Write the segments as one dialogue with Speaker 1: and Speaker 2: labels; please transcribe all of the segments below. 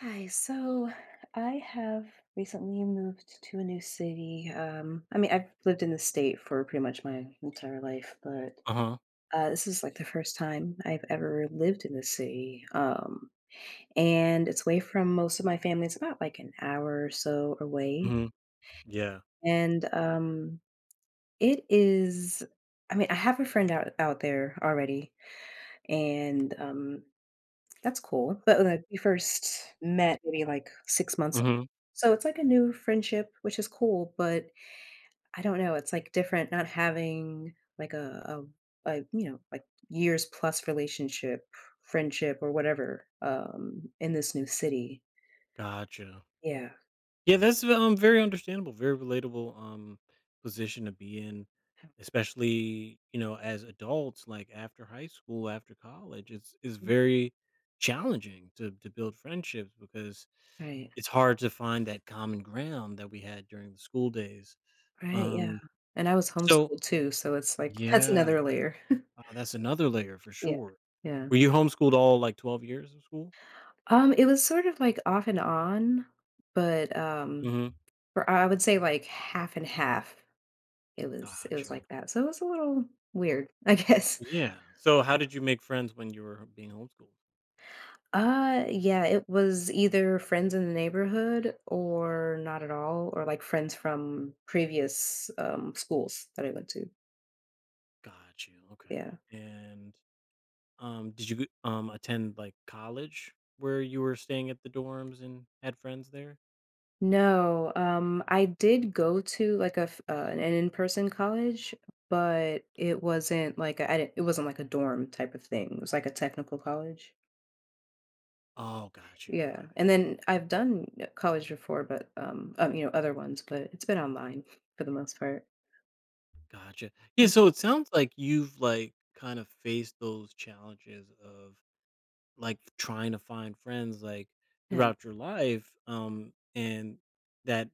Speaker 1: Hi, so I have recently moved to a new city. I mean, I've lived in the state for pretty much my entire life, but
Speaker 2: Uh-huh.
Speaker 1: this is like the first time I've ever lived in the city. And it's away from most of my family. It's about like an hour or so away.
Speaker 2: Mhm. Yeah.
Speaker 1: And it is, I mean, I have a friend out there already, and that's cool. But, like, you first met maybe, like, 6 months
Speaker 2: Mhm.
Speaker 1: so it's like a new friendship, which is cool, but I don't know, it's, like, different not having, like, a years plus relationship, friendship, or whatever, in this new city.
Speaker 2: Gotcha.
Speaker 1: Yeah.
Speaker 2: Yeah, that's, very understandable, very relatable, position to be in, especially, you know, as adults, like, after high school, after college, it's very challenging to build friendships because
Speaker 1: Right.
Speaker 2: it's hard to find that common ground that we had during the school days.
Speaker 1: Right, yeah.
Speaker 2: Um,
Speaker 1: And I was
Speaker 2: so
Speaker 1: homeschooled too, so it's like that's
Speaker 2: yeah,
Speaker 1: another layer.
Speaker 2: that's another layer for
Speaker 1: Yeah.
Speaker 2: sure.
Speaker 1: Yeah.
Speaker 2: Were you homeschooled all, like, 12 years of school?
Speaker 1: It was sort of, like, off and on, but
Speaker 2: Mhm.
Speaker 1: for I would say like half and half. It was
Speaker 2: Gotcha.
Speaker 1: like that. So it was a little weird, I guess.
Speaker 2: Yeah. So how did you make friends when you were being homeschooled?
Speaker 1: Yeah, it was either friends in the neighborhood or not at all, or like friends from previous schools that I went to.
Speaker 2: Got you.
Speaker 1: Yeah.
Speaker 2: Okay. And did you attend like college where you were staying at the dorms and had friends there?
Speaker 1: No, I did go to like an in-person college, but it wasn't like a, I didn't, it wasn't like a dorm type of thing. It was like a technical college.
Speaker 2: Oh, got you.
Speaker 1: Yeah,
Speaker 2: Okay.
Speaker 1: and then I've done college before, but, you know, other ones, but it's been online for the most part.
Speaker 2: Gotcha. Yeah, so
Speaker 1: Mm.
Speaker 2: it sounds like you've like kind of faced those challenges of like trying to find friends like
Speaker 1: Yeah,
Speaker 2: throughout your life and that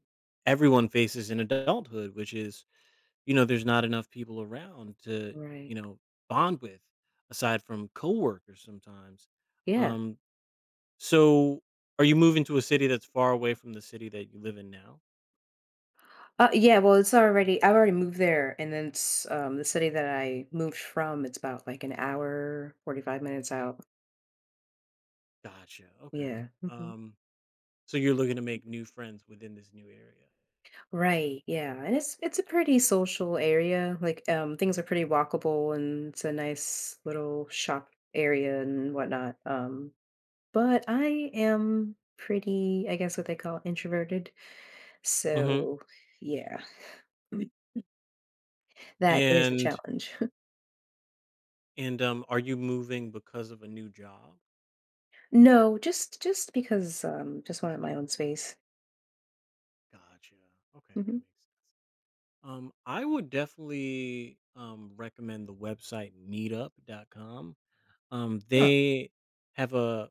Speaker 2: everyone faces in adulthood, which is, you know, there's not enough people around to,
Speaker 1: right.
Speaker 2: you know, bond with aside from coworkers sometimes.
Speaker 1: Yeah.
Speaker 2: Um, so are you moving to a city that's far away from the city that you live in now?
Speaker 1: Yeah, well, it's already I've already moved there, and then it's, the city that I moved from, it's about, like, an hour, 45 minutes out.
Speaker 2: Gotcha. Okay.
Speaker 1: Yeah. Mhm.
Speaker 2: Um, so you're looking to make new friends within this new area.
Speaker 1: Right, yeah, and it's a pretty social area, like, things are pretty walkable, and it's a nice little shop area and whatnot, but I am pretty, I guess what they call introverted.
Speaker 2: hmm
Speaker 1: So yeah. That is a
Speaker 2: And
Speaker 1: challenge.
Speaker 2: are you moving because of a new job?
Speaker 1: No, just because just wanted my own space.
Speaker 2: Gotcha. Okay, that
Speaker 1: Mhm.
Speaker 2: makes sense. I would definitely recommend the website meetup.com.
Speaker 1: Oh,
Speaker 2: They have a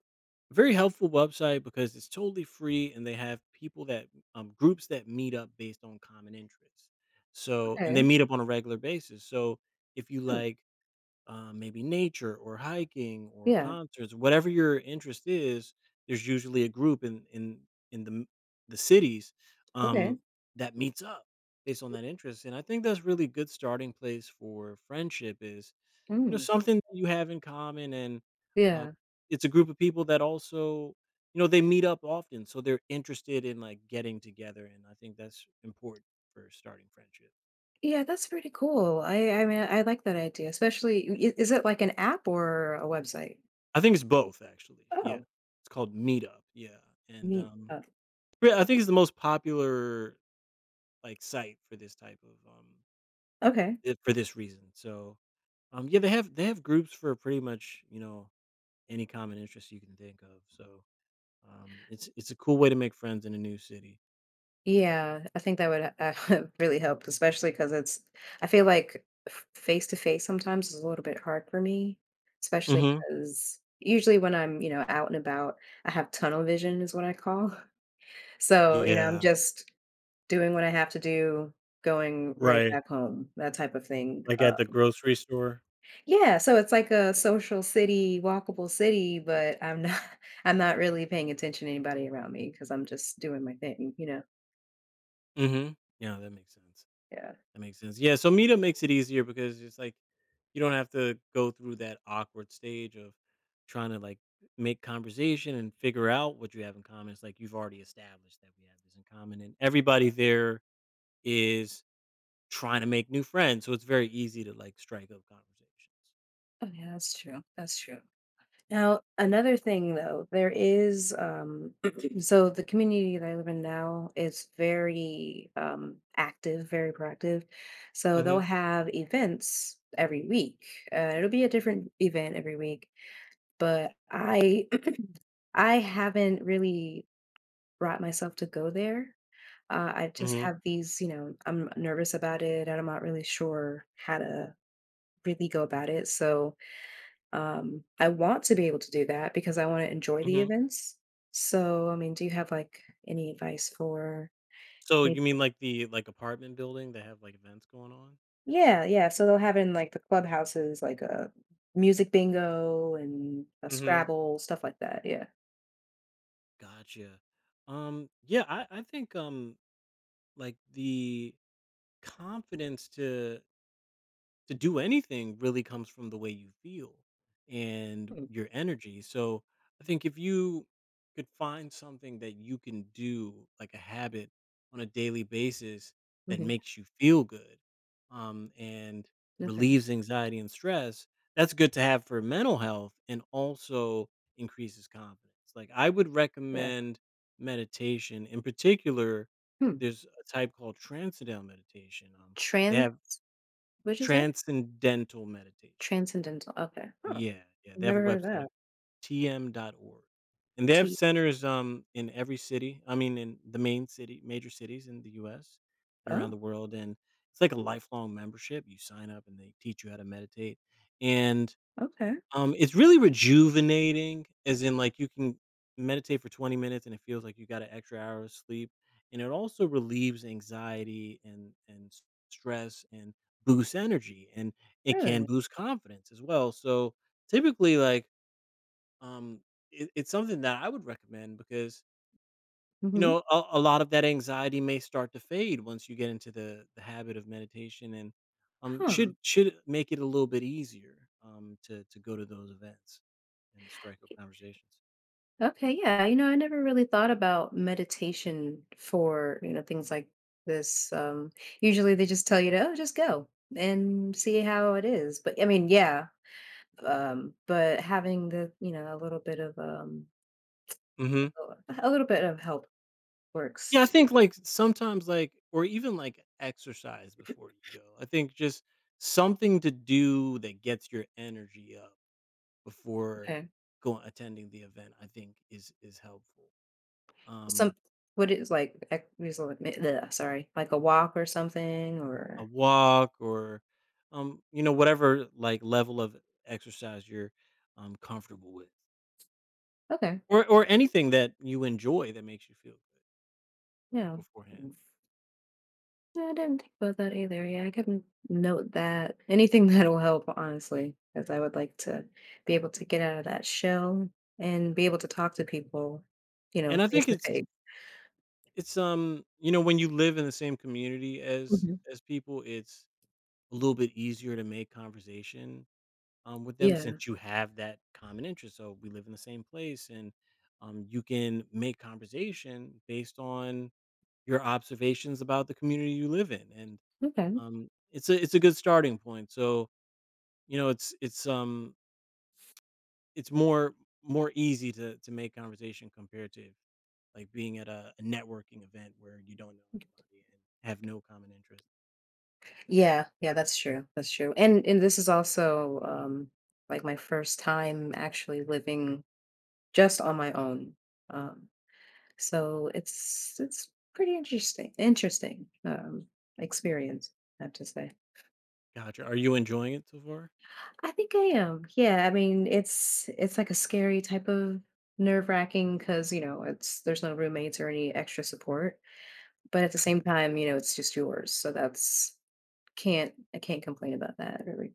Speaker 2: very helpful website because it's totally free and they have people that, groups that meet up based on common interests. So, and they
Speaker 1: okay.
Speaker 2: meet up on a regular basis. So, if you
Speaker 1: Hmm.
Speaker 2: like, maybe nature or hiking or
Speaker 1: Yeah.
Speaker 2: concerts, whatever your interest is, there's usually a group in the cities,
Speaker 1: Okay.
Speaker 2: um, that meets up based on that interest. And I think that's really good starting place for friendship is, you know,
Speaker 1: Mm.
Speaker 2: something that you have in common, and, um,
Speaker 1: Yeah.
Speaker 2: it's a group of people that also, you know, they meet up often, so they're interested in, like, getting together, and I think that's important for starting friendships.
Speaker 1: Yeah, that's pretty cool. I mean I like that idea, especially is it like an app or a website?
Speaker 2: I think it's both, actually, yeah.
Speaker 1: Oh,
Speaker 2: It's called Meetup, yeah, and,
Speaker 1: me.
Speaker 2: um, yeah, I think it's the most popular, like, site for this type of, um
Speaker 1: Okay.
Speaker 2: eh, for this reason, so, yeah, they have groups for pretty much, you know, any common interest you can think of, so, it's a cool way to make friends in a new city.
Speaker 1: Yeah, I think that would really help, especially because it's I feel like face to face sometimes is a little bit hard for me, especially
Speaker 2: Mhm.
Speaker 1: because usually when I'm, you know, out and about, I have tunnel vision is what I call. So, you know, I'm
Speaker 2: Yeah.
Speaker 1: just doing what I have to do, going right
Speaker 2: Right.
Speaker 1: back home, that type of thing.
Speaker 2: Like at the grocery store.
Speaker 1: Yeah, so it's like a social city, walkable city, but I'm not I'm not really paying attention to anybody around me because 'cause I'm just doing my thing,
Speaker 2: Mhm. Yeah, that makes sense.
Speaker 1: Yeah.
Speaker 2: That makes sense. Yeah, so meetup makes it easier because it's like you don't have to go through that awkward stage of trying to like make conversation and figure out what you have in common. It's like you've already established that we have this in common and everybody there is trying to make new friends. So it's very easy to like strike up conversations.
Speaker 1: Oh, yeah, that's true. That's true. Now, another thing though, there is so the community that I live in now is very active, very proactive. So they'll
Speaker 2: Mhm.
Speaker 1: have events every week. It'll be a different event every week, but I I haven't really brought myself to go there. I just
Speaker 2: Mhm.
Speaker 1: have these, you know, I'm nervous about it and I'm not really sure how to really go about it. So I want to be able to do that because I wanna enjoy the
Speaker 2: Mhm.
Speaker 1: events. So, I mean, do you have, like, any advice for
Speaker 2: So
Speaker 1: maybe?
Speaker 2: you mean like the like apartment building that have like events going on?
Speaker 1: Yeah, yeah, so they'll have in, like, the clubhouses, like a music bingo and a Scrabble, stuff like that, yeah.
Speaker 2: Gotcha. Yeah, I think like the confidence to do anything really comes from the way you feel and
Speaker 1: Hmm,
Speaker 2: your energy. So I think if you could find something that you can do, like a habit on a daily basis that
Speaker 1: mhm,
Speaker 2: makes you feel good, and
Speaker 1: okay,
Speaker 2: relieves anxiety and stress, that's good to have for mental health and also increases confidence. Like I would
Speaker 1: yeah.
Speaker 2: recommend meditation in particular.
Speaker 1: Hmm,
Speaker 2: There's a type called transcendental meditation. They
Speaker 1: tran
Speaker 2: have
Speaker 1: what'd you
Speaker 2: Transcendental Meditation.
Speaker 1: transcendental, okay, huh.
Speaker 2: Yeah, yeah, they have
Speaker 1: Never
Speaker 2: a
Speaker 1: heard of that.
Speaker 2: website, tm.org. And they have
Speaker 1: T
Speaker 2: centers, in every city, I mean, in the main city major cities in the US and
Speaker 1: oh,
Speaker 2: around the world, and it's like a lifelong membership, you sign up and they teach you how to meditate, and
Speaker 1: okay,
Speaker 2: it's really rejuvenating, as in, like, you can meditate for 20 minutes and it feels like you got an extra hour of sleep, and it also relieves anxiety and s stress and boosts energy, and it can
Speaker 1: really?
Speaker 2: boost confidence as well, so, typically, like, um, it's something that I would recommend because, you
Speaker 1: Mhm,
Speaker 2: know, a lot of that anxiety may start to fade once you get into the habit of meditation and,
Speaker 1: huh.
Speaker 2: should make it a little bit easier, to go to those events and strike up conversations.
Speaker 1: Okay, yeah. You know, I never really thought about meditation for, you know, things like this. Usually they just tell you to, oh, just go and see how it is. But I mean, yeah. But having the, you know, a little bit of
Speaker 2: Mhm.
Speaker 1: a little bit of help works
Speaker 2: Yeah, I
Speaker 1: too.
Speaker 2: think, like, sometimes, like or even, like, exercise before you go. I think just something to do that gets your energy up before
Speaker 1: Okay.
Speaker 2: going attending the event, I think is helpful. Um,
Speaker 1: Some what is like ex- there's like, eh, bleh, sorry, like a walk or something
Speaker 2: a
Speaker 1: or
Speaker 2: walk or, um, you know, whatever like level of exercise you're, um, comfortable with,
Speaker 1: okay.
Speaker 2: or anything that you enjoy that makes you feel good
Speaker 1: Yeah.
Speaker 2: beforehand.
Speaker 1: No, I didn't think about that either. Yeah, I can note that. Anything that'll help, honestly, because I would like to be able to get out of that shell and be able to talk to people, you know,
Speaker 2: And I
Speaker 1: face
Speaker 2: think
Speaker 1: to
Speaker 2: it's,
Speaker 1: face.
Speaker 2: you know, when you live in the same community as
Speaker 1: Mhm.
Speaker 2: as people, it's a little bit easier to make conversation, um, with them
Speaker 1: Yeah.
Speaker 2: since you have that common interest, so we live in the same place and, um, you can make conversation based on your observations about the community you live in. And
Speaker 1: Okay.
Speaker 2: um, it's a, it's a good starting point. So, you know, it's more easy to make conversation compared to like being at a networking event where you don't know anybody and have no common interest.
Speaker 1: Yeah. Yeah. That's true. That's true. And this is also like my first time actually living just on my own. Um. So it's pretty interesting. Interesting experience, I have to say.
Speaker 2: Gotcha. Are you enjoying it so far?
Speaker 1: I think I am. Yeah, I mean, it's like a scary type of nerve-wracking because, you know, it's there's no roommates or any extra support, but at the same time, you know, it's just yours. So that's can't I can't complain about that really.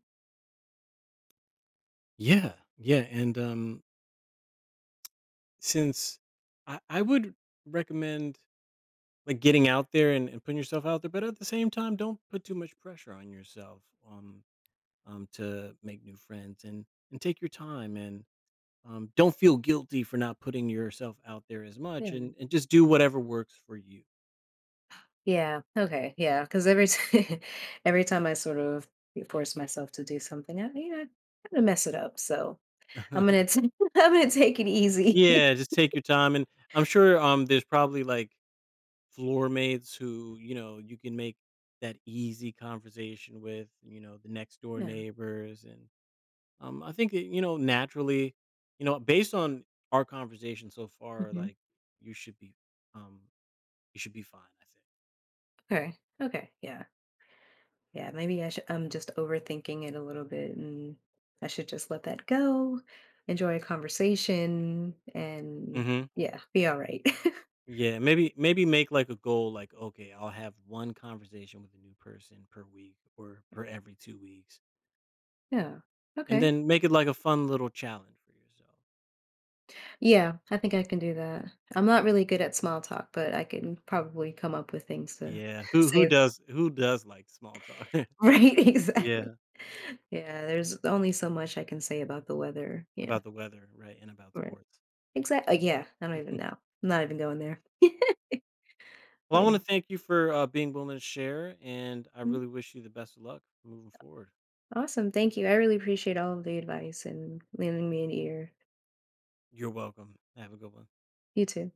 Speaker 2: Yeah, yeah, and since I would recommend like getting out there and putting yourself out there, but at the same time, don't put too much pressure on yourself, um, to make new friends and take your time and, um, don't feel guilty for not putting yourself out there as much
Speaker 1: Yeah.
Speaker 2: and just do whatever works for you.
Speaker 1: Yeah. Okay. Yeah, cuz every time I sort of force myself to do something, I you know, I kind of mess it up. So, I'm going to I'm going to take it easy.
Speaker 2: Yeah, just take your time. And I'm sure, there's probably, like, floor mates who, you know, you can make that easy conversation with, you know, the next door
Speaker 1: yeah.
Speaker 2: neighbors and, I think that, you know, naturally, you know, based on our conversation so far,
Speaker 1: Hmm.
Speaker 2: like, you should be, um, you should be fine, I
Speaker 1: Okay. Okay. Yeah. Yeah, maybe I should, I'm just overthinking it a little bit and I should just let that go, enjoy a conversation, and
Speaker 2: think. Mhm.
Speaker 1: yeah, be all right.
Speaker 2: Yeah, maybe make like a goal like, okay, I'll have one conversation with a new person per week or per every 2 weeks.
Speaker 1: yeah.
Speaker 2: And
Speaker 1: Okay.
Speaker 2: then make it like a fun little challenge for yourself.
Speaker 1: Yeah, I think I can do that. I'm not really good at small talk, but I can probably come up with things to
Speaker 2: Yeah, who who
Speaker 1: say.
Speaker 2: does who does like small talk?
Speaker 1: Right,
Speaker 2: Yeah,
Speaker 1: exactly. Yeah, there's only so much I can say about the weather. Yeah,
Speaker 2: about the weather, right, and about
Speaker 1: right.
Speaker 2: sports.
Speaker 1: Exactly. Yeah, I don't even know. I'm not even going there. But-
Speaker 2: Well, I want
Speaker 1: mm.
Speaker 2: to thank you for, being willing to share, and I really wish you the best of luck moving forward.
Speaker 1: Awesome. Thank you. I really appreciate all of the advice and lending me an ear.
Speaker 2: You're welcome. Have a good one.
Speaker 1: You too.